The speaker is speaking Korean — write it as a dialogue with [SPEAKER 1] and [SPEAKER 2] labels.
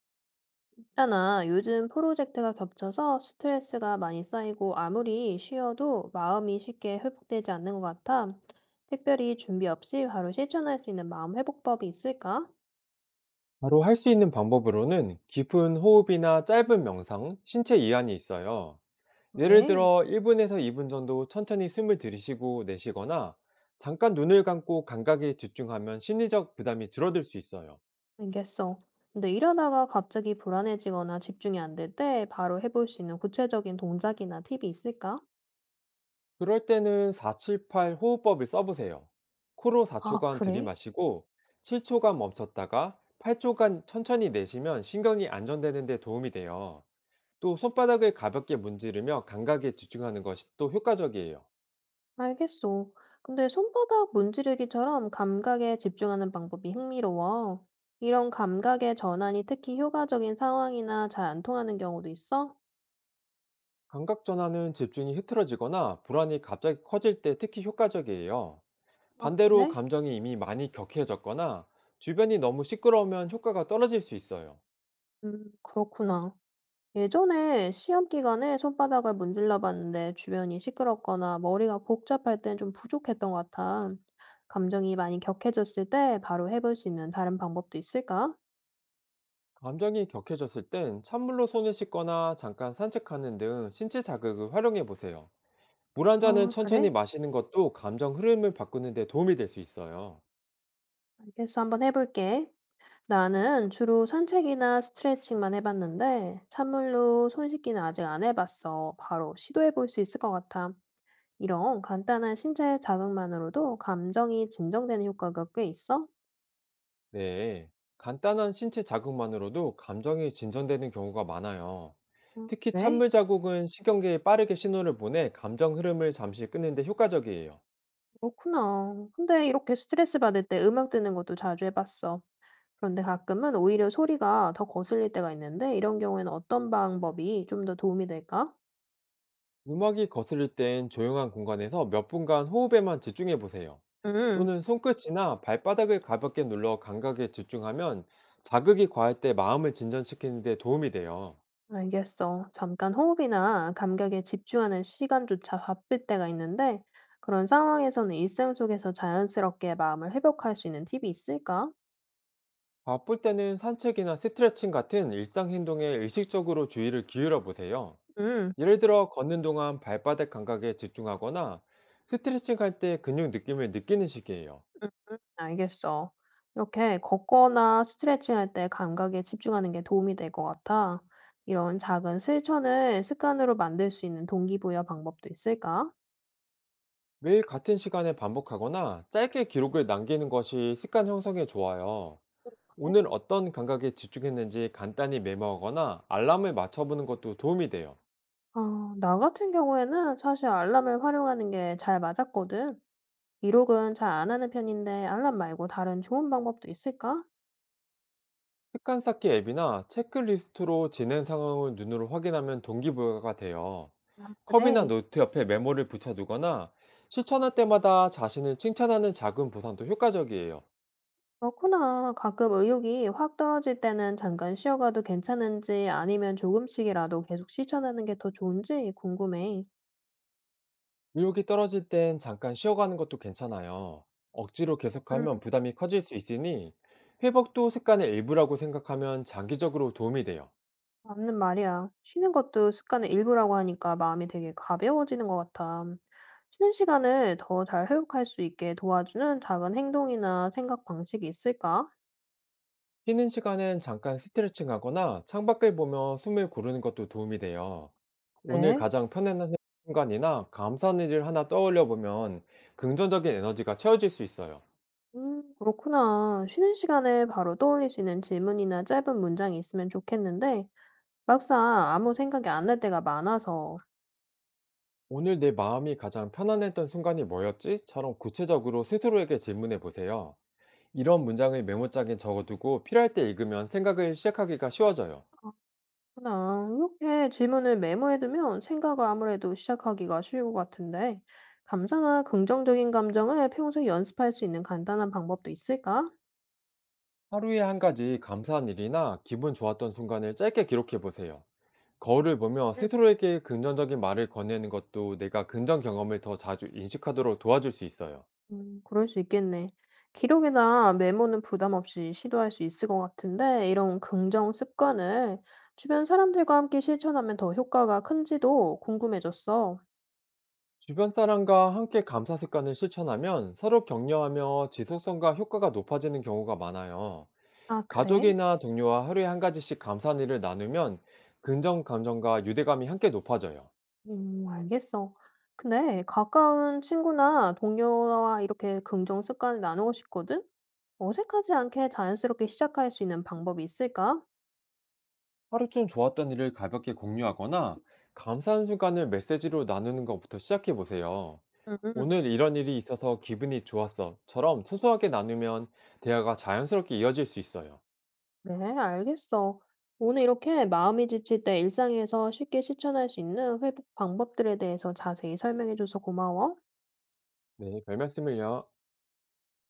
[SPEAKER 1] 있잖아, 요즘 프로젝트가 겹쳐서 스트레스가 많이 쌓이고 아무리 쉬어도 마음이 쉽게 회복되지 않는 것 같아. 특별히 준비 없이 바로 실천할 수 있는 마음 회복법이 있을까?
[SPEAKER 2] 바로 할 수 있는 방법으로는 깊은 호흡이나 짧은 명상, 신체 이완이 있어요. 예를
[SPEAKER 1] 네.
[SPEAKER 2] 들어 1분에서 2분 정도 천천히 숨을 들이쉬고 내쉬거나 잠깐 눈을 감고 감각에 집중하면 심리적 부담이 줄어들 수 있어요.
[SPEAKER 1] 알겠어. 근데 이러다가 갑자기 불안해지거나 집중이 안 될 때 바로 해볼 수 있는 구체적인 동작이나 팁이 있을까?
[SPEAKER 2] 그럴 때는 478 호흡법을 써보세요. 코로
[SPEAKER 1] 아,
[SPEAKER 2] 4초간
[SPEAKER 1] 그래?
[SPEAKER 2] 들이마시고 7초간 멈췄다가 8초간 천천히 내쉬면 신경이 안정되는 데 도움이 돼요. 또 손바닥을 가볍게 문지르며 감각에 집중하는 것이 또 효과적이에요.
[SPEAKER 1] 알겠어. 근데 손바닥 문지르기처럼 감각에 집중하는 방법이 흥미로워. 이런 감각의 전환이 특히 효과적인 상황이나 잘 안 통하는 경우도 있어?
[SPEAKER 2] 감각 전환은 집중이 흐트러지거나 불안이 갑자기 커질 때 특히 효과적이에요.
[SPEAKER 1] 아,
[SPEAKER 2] 반대로
[SPEAKER 1] 그래?
[SPEAKER 2] 감정이 이미 많이 격해졌거나 주변이 너무 시끄러우면 효과가 떨어질 수 있어요.
[SPEAKER 1] 그렇구나. 예전에 시험 기간에 손바닥을 문질러 봤는데 주변이 시끄럽거나 머리가 복잡할 땐 좀 부족했던 것 같아. 감정이 많이 격해졌을 때 바로 해볼 수 있는 다른 방법도 있을까?
[SPEAKER 2] 감정이 격해졌을 땐 찬물로 손을 씻거나 잠깐 산책하는 등 신체 자극을 활용해 보세요. 물 한 잔은
[SPEAKER 1] 아,
[SPEAKER 2] 천천히
[SPEAKER 1] 그래?
[SPEAKER 2] 마시는 것도 감정 흐름을 바꾸는 데 도움이 될 수 있어요.
[SPEAKER 1] 알겠어. 한번 해볼게. 나는 주로 산책이나 스트레칭만 해봤는데, 찬물로 손 씻기는 아직 안 해봤어. 바로 시도해볼 수 있을 것 같아. 이런 간단한 신체 자극만으로도 감정이 진정되는 효과가 꽤 있어?
[SPEAKER 2] 네, 간단한 신체 자극만으로도 감정이 진전되는 경우가 많아요. 특히
[SPEAKER 1] 그래?
[SPEAKER 2] 찬물 자국은 신경계에 빠르게 신호를 보내 감정 흐름을 잠시 끄는데 효과적이에요.
[SPEAKER 1] 그렇구나. 근데 이렇게 스트레스 받을 때 음악 듣는 것도 자주 해봤어. 그런데 가끔은 오히려 소리가 더 거슬릴 때가 있는데, 이런 경우에는 어떤 방법이 좀 더 도움이 될까?
[SPEAKER 2] 음악이 거슬릴 땐 조용한 공간에서 몇 분간 호흡에만 집중해 보세요.
[SPEAKER 1] 음.
[SPEAKER 2] 또는 손끝이나 발바닥을 가볍게 눌러 감각에 집중하면 자극이 과할 때 마음을 진전시키는 데 도움이 돼요.
[SPEAKER 1] 알겠어. 잠깐 호흡이나 감각에 집중하는 시간조차 바쁠 때가 있는데, 그런 상황에서는 일상 속에서 자연스럽게 마음을 회복할 수 있는 팁이 있을까?
[SPEAKER 2] 바쁠 때는 산책이나 스트레칭 같은 일상 행동에 의식적으로 주의를 기울여 보세요.
[SPEAKER 1] 음,
[SPEAKER 2] 예를 들어 걷는 동안 발바닥 감각에 집중하거나 스트레칭 할 때 근육 느낌을 느끼는 식이에요.
[SPEAKER 1] 알겠어. 이렇게 걷거나 스트레칭할 때 감각에 집중하는 게 도움이 될 것 같아. 이런 작은 실천을 습관으로 만들 수 있는 동기부여 방법도 있을까?
[SPEAKER 2] 매일 같은 시간에 반복하거나 짧게 기록을 남기는 것이 습관 형성에 좋아요. 오늘
[SPEAKER 1] 네.
[SPEAKER 2] 어떤 감각에 집중했는지 간단히 메모하거나 알람을 맞춰보는 것도 도움이 돼요.
[SPEAKER 1] 아, 나 같은 경우에는 사실 알람을 활용하는 게 잘 맞았거든. 기록은 잘 안 하는 편인데 알람 말고 다른 좋은 방법도 있을까?
[SPEAKER 2] 습관 쌓기 앱이나 체크리스트로 진행 상황을 눈으로 확인하면 동기부여가 돼요.
[SPEAKER 1] 아,
[SPEAKER 2] 컵이나
[SPEAKER 1] 그래.
[SPEAKER 2] 노트 옆에 메모를 붙여두거나 실천할 때마다 자신을 칭찬하는 작은 보상도 효과적이에요.
[SPEAKER 1] 그렇구나. 가끔 의욕이 확 떨어질 때는 잠깐 쉬어가도 괜찮은지 아니면 조금씩이라도 계속 실천하는 게 더 좋은지 궁금해.
[SPEAKER 2] 의욕이 떨어질 땐 잠깐 쉬어가는 것도 괜찮아요. 억지로
[SPEAKER 1] 음,
[SPEAKER 2] 계속하면 부담이 커질 수 있으니 회복도 습관의 일부라고 생각하면 장기적으로 도움이 돼요.
[SPEAKER 1] 맞는 말이야. 쉬는 것도 습관의 일부라고 하니까 마음이 되게 가벼워지는 것 같아. 쉬는 시간을 더 잘 회복할 수 있게 도와주는 작은 행동이나 생각 방식이 있을까?
[SPEAKER 2] 쉬는 시간엔 잠깐 스트레칭 하거나 창밖을 보며 숨을 고르는 것도 도움이 돼요. 오늘
[SPEAKER 1] 네.
[SPEAKER 2] 가장 편안한 순간이나 감사한 일을 하나 떠올려 보면 긍정적인 에너지가 채워질 수 있어요.
[SPEAKER 1] 그렇구나. 쉬는 시간에 바로 떠올릴 수 있는 질문이나 짧은 문장이 있으면 좋겠는데, 막상 아무 생각이 안 날 때가 많아서,
[SPEAKER 2] 오늘 내 마음이 가장 편안했던 순간이 뭐였지?처럼 구체적으로 스스로에게 질문해 보세요. 이런 문장을 메모장에 적어두고 필요할 때 읽으면 생각을 시작하기가 쉬워져요.
[SPEAKER 1] 그냥 이렇게 질문을 메모해두면 생각을 아무래도 시작하기가 쉬울 것 같은데, 감사나 긍정적인 감정을 평소에 연습할 수 있는 간단한 방법도 있을까?
[SPEAKER 2] 하루에 한 가지 감사한 일이나 기분 좋았던 순간을 짧게 기록해 보세요. 거울을 보며 스스로에게 긍정적인 말을 건네는 것도 내가 긍정 경험을 더 자주 인식하도록 도와줄 수 있어요.
[SPEAKER 1] 그럴 수 있겠네. 기록이나 메모는 부담 없이 시도할 수 있을 것 같은데 이런 긍정 습관을 주변 사람들과 함께 실천하면 더 효과가 큰지도 궁금해졌어.
[SPEAKER 2] 주변 사람과 함께 감사 습관을 실천하면 서로 격려하며 지속성과 효과가 높아지는 경우가 많아요.
[SPEAKER 1] 아, 그래?
[SPEAKER 2] 가족이나 동료와 하루에 한 가지씩 감사한 일을 나누면 긍정 감정과 유대감이 함께 높아져요.
[SPEAKER 1] 알겠어. 근데 가까운 친구나 동료와 이렇게 긍정 습관을 나누고 싶거든? 어색하지 않게 자연스럽게 시작할 수 있는 방법이 있을까?
[SPEAKER 2] 하루쯤 좋았던 일을 가볍게 공유하거나 감사한 순간을 메시지로 나누는 것부터 시작해 보세요.
[SPEAKER 1] 음.
[SPEAKER 2] 오늘 이런 일이 있어서 기분이 좋았어.처럼 소소하게 나누면 대화가 자연스럽게 이어질 수 있어요.
[SPEAKER 1] 네, 알겠어. 오늘 이렇게 마음이 지칠 때 일상에서 쉽게 실천할 수 있는 회복 방법들에 대해서 자세히 설명해줘서 고마워.
[SPEAKER 2] 네, 별 말씀을요.